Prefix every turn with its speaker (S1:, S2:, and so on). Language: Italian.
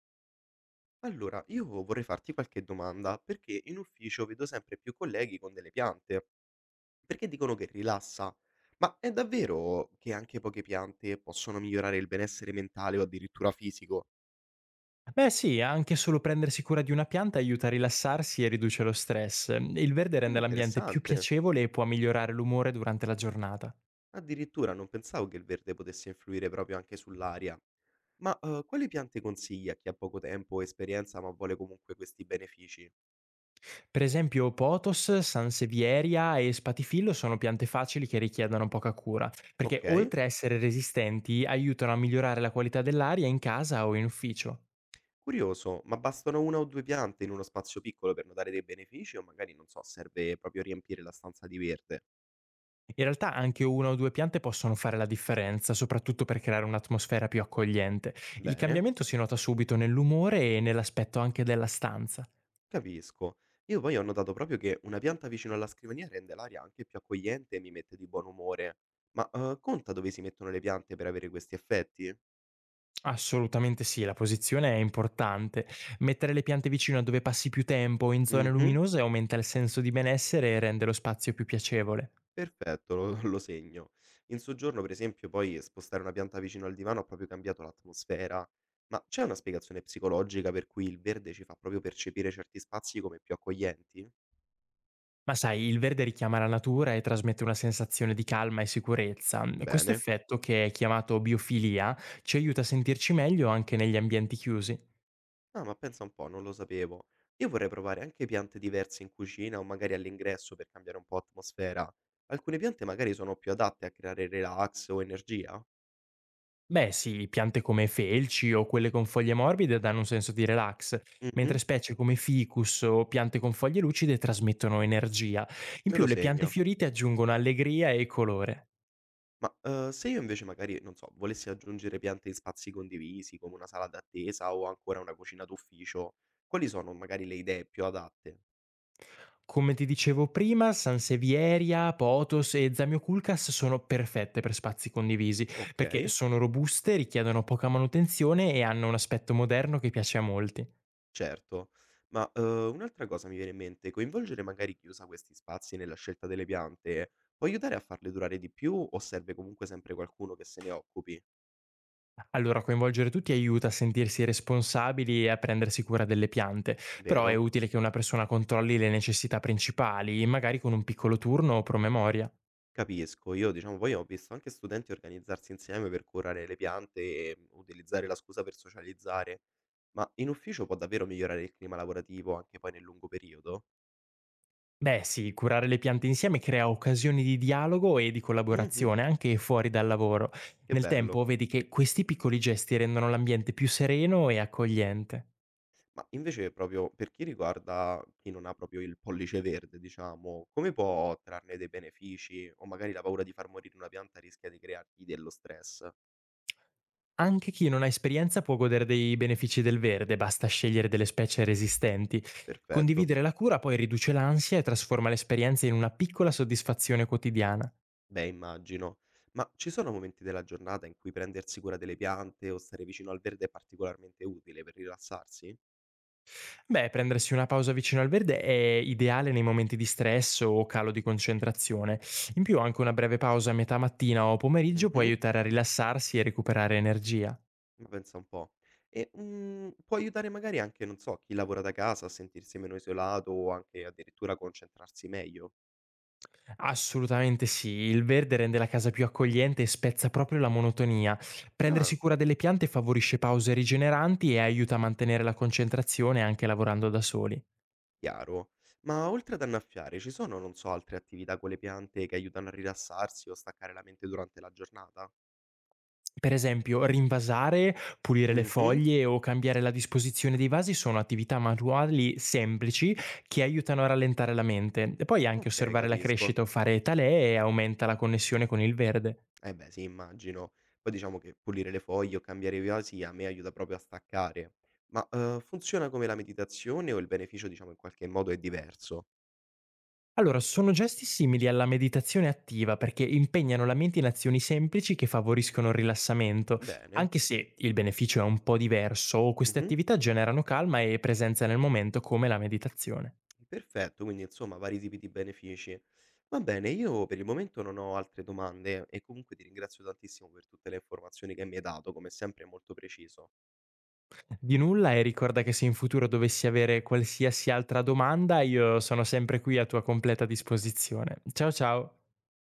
S1: Allora, io vorrei farti qualche domanda, perché in ufficio vedo sempre più colleghi con delle piante, perché dicono che rilassa. Ma è davvero che anche poche piante possono migliorare il benessere mentale o addirittura fisico?
S2: Beh sì, anche solo prendersi cura di una pianta aiuta a rilassarsi e riduce lo stress. Il verde
S1: Mm,
S2: rende l'ambiente più
S1: interessante.
S2: piacevole e può migliorare l'umore durante la giornata.
S1: Addirittura non pensavo che il verde potesse influire proprio anche sull'aria. Ma quali piante consigli a chi ha poco tempo o esperienza ma vuole comunque questi benefici?
S2: Per esempio potos, sansevieria e spatifillo sono piante facili che richiedono poca cura, perché
S1: Ok?
S2: oltre a essere resistenti aiutano a migliorare la qualità dell'aria in casa o in ufficio.
S1: Curioso, ma bastano 1 o 2 piante in uno spazio piccolo per notare dei benefici o magari, non so, serve proprio riempire la stanza di verde?
S2: In realtà anche una o due piante possono fare la differenza, soprattutto per creare un'atmosfera più accogliente. Il
S1: Bene,
S2: cambiamento si nota subito nell'umore e nell'aspetto anche della stanza.
S1: capisco. Io poi ho notato proprio che una pianta vicino alla scrivania rende l'aria anche più accogliente e mi mette di buon umore. Ma conta dove si mettono le piante per avere questi effetti?
S2: Assolutamente sì, la posizione è importante. Mettere le piante vicino a dove passi più tempo o in zone
S1: Mh-mh.
S2: luminose aumenta il senso di benessere e rende lo spazio più piacevole.
S1: Perfetto, lo segno. In soggiorno, per esempio, poi spostare una pianta vicino al divano ha proprio cambiato l'atmosfera. Ma c'è una spiegazione psicologica per cui il verde ci fa proprio percepire certi spazi come più accoglienti?
S2: Ma sai, il verde richiama la natura e trasmette una sensazione di calma e sicurezza. Questo
S1: Bene.
S2: effetto, che è chiamato biofilia, ci aiuta a sentirci meglio anche negli ambienti chiusi.
S1: Ah, ma pensa un po', non lo sapevo. Io vorrei provare anche piante diverse in cucina o magari all'ingresso per cambiare un po' atmosfera. Alcune piante magari sono più adatte a creare relax o energia.
S2: Beh sì, piante come felci o quelle con foglie morbide danno un senso di relax, mentre
S1: Mhm,
S2: specie come ficus o piante con foglie lucide trasmettono energia. In
S1: me
S2: più
S1: lo
S2: le piante
S1: segno.
S2: fiorite aggiungono allegria e colore.
S1: Ma se io invece magari, non so, volessi aggiungere piante in spazi condivisi, come una sala d'attesa o ancora una cucina d'ufficio, quali sono magari le idee più adatte?
S2: Come ti dicevo prima, Sansevieria, Potos e Zamioculcas sono perfette per spazi condivisi, perché
S1: Okay,
S2: sono robuste, richiedono poca manutenzione e hanno un aspetto moderno che piace a molti.
S1: certo. Ma un'altra cosa mi viene in mente, coinvolgere magari chi usa questi spazi nella scelta delle piante può aiutare a farle durare di più o serve comunque sempre qualcuno che se ne occupi,
S2: Allora, coinvolgere tutti aiuta a sentirsi responsabili e a prendersi cura delle piante, però è
S1: vero?
S2: utile che una persona controlli le necessità principali, magari con un piccolo turno o promemoria.
S1: Capisco. Io diciamo poi ho visto anche studenti organizzarsi insieme per curare le piante e utilizzare la scusa per socializzare. Ma in ufficio può davvero migliorare il clima lavorativo anche poi nel lungo periodo?
S2: Beh sì, curare le piante insieme crea occasioni di dialogo e di
S1: Mhm,
S2: collaborazione, anche fuori dal lavoro.
S1: che
S2: Nel tempo
S1: bello.
S2: vedi che questi piccoli gesti rendono l'ambiente più sereno e accogliente.
S1: Ma invece proprio per chi riguarda chi non ha proprio il pollice verde, diciamo, come può trarne dei benefici o magari la paura di far morire una pianta rischia di creargli dello stress?
S2: Anche chi non ha esperienza può godere dei benefici del verde, basta scegliere delle specie resistenti.
S1: Perfetto.
S2: Condividere la cura poi riduce l'ansia e trasforma l'esperienza in una piccola soddisfazione quotidiana.
S1: Beh, immagino. Ma ci sono momenti della giornata in cui prendersi cura delle piante o stare vicino al verde è particolarmente utile per rilassarsi?
S2: Beh, prendersi una pausa vicino al verde è ideale nei momenti di stress o calo di concentrazione. In più anche una breve pausa a metà mattina o pomeriggio può
S1: Mh-mh,
S2: aiutare a rilassarsi e recuperare energia.
S1: ma pensa un po'. E può aiutare magari anche, non so, chi lavora da casa a sentirsi meno isolato o anche addirittura a concentrarsi meglio?
S2: Assolutamente sì, il verde rende la casa più accogliente e spezza proprio la monotonia.
S1: Ah,
S2: Prendersi cura delle piante favorisce pause rigeneranti e aiuta a mantenere la concentrazione anche lavorando da soli.
S1: chiaro. Ma oltre ad annaffiare, ci sono, non so, altre attività con le piante che aiutano a rilassarsi o staccare la mente durante la giornata?
S2: Per esempio, rinvasare, pulire le
S1: Mh-mh,
S2: foglie o cambiare la disposizione dei vasi sono attività manuali semplici che aiutano a rallentare la mente. E poi anche
S1: okay,
S2: osservare la
S1: capisco.
S2: crescita o fare talee aumenta la connessione con il verde.
S1: Eh beh sì, immagino. Poi diciamo che pulire le foglie o cambiare i vasi a me aiuta proprio a staccare. Ma funziona come la meditazione o il beneficio diciamo in qualche modo è diverso?
S2: Allora, sono gesti simili alla meditazione attiva perché impegnano la mente in azioni semplici che favoriscono il rilassamento,
S1: Bene,
S2: anche se il beneficio è un po' diverso, queste
S1: mh-mh,
S2: attività generano calma e presenza nel momento come la meditazione.
S1: perfetto, quindi insomma vari tipi di benefici. Va bene, io per il momento non ho altre domande e comunque ti ringrazio tantissimo per tutte le informazioni che mi hai dato, come sempre è molto preciso.
S2: Di nulla e ricorda che se in futuro dovessi avere qualsiasi altra domanda, io sono sempre qui a tua completa disposizione. Ciao ciao!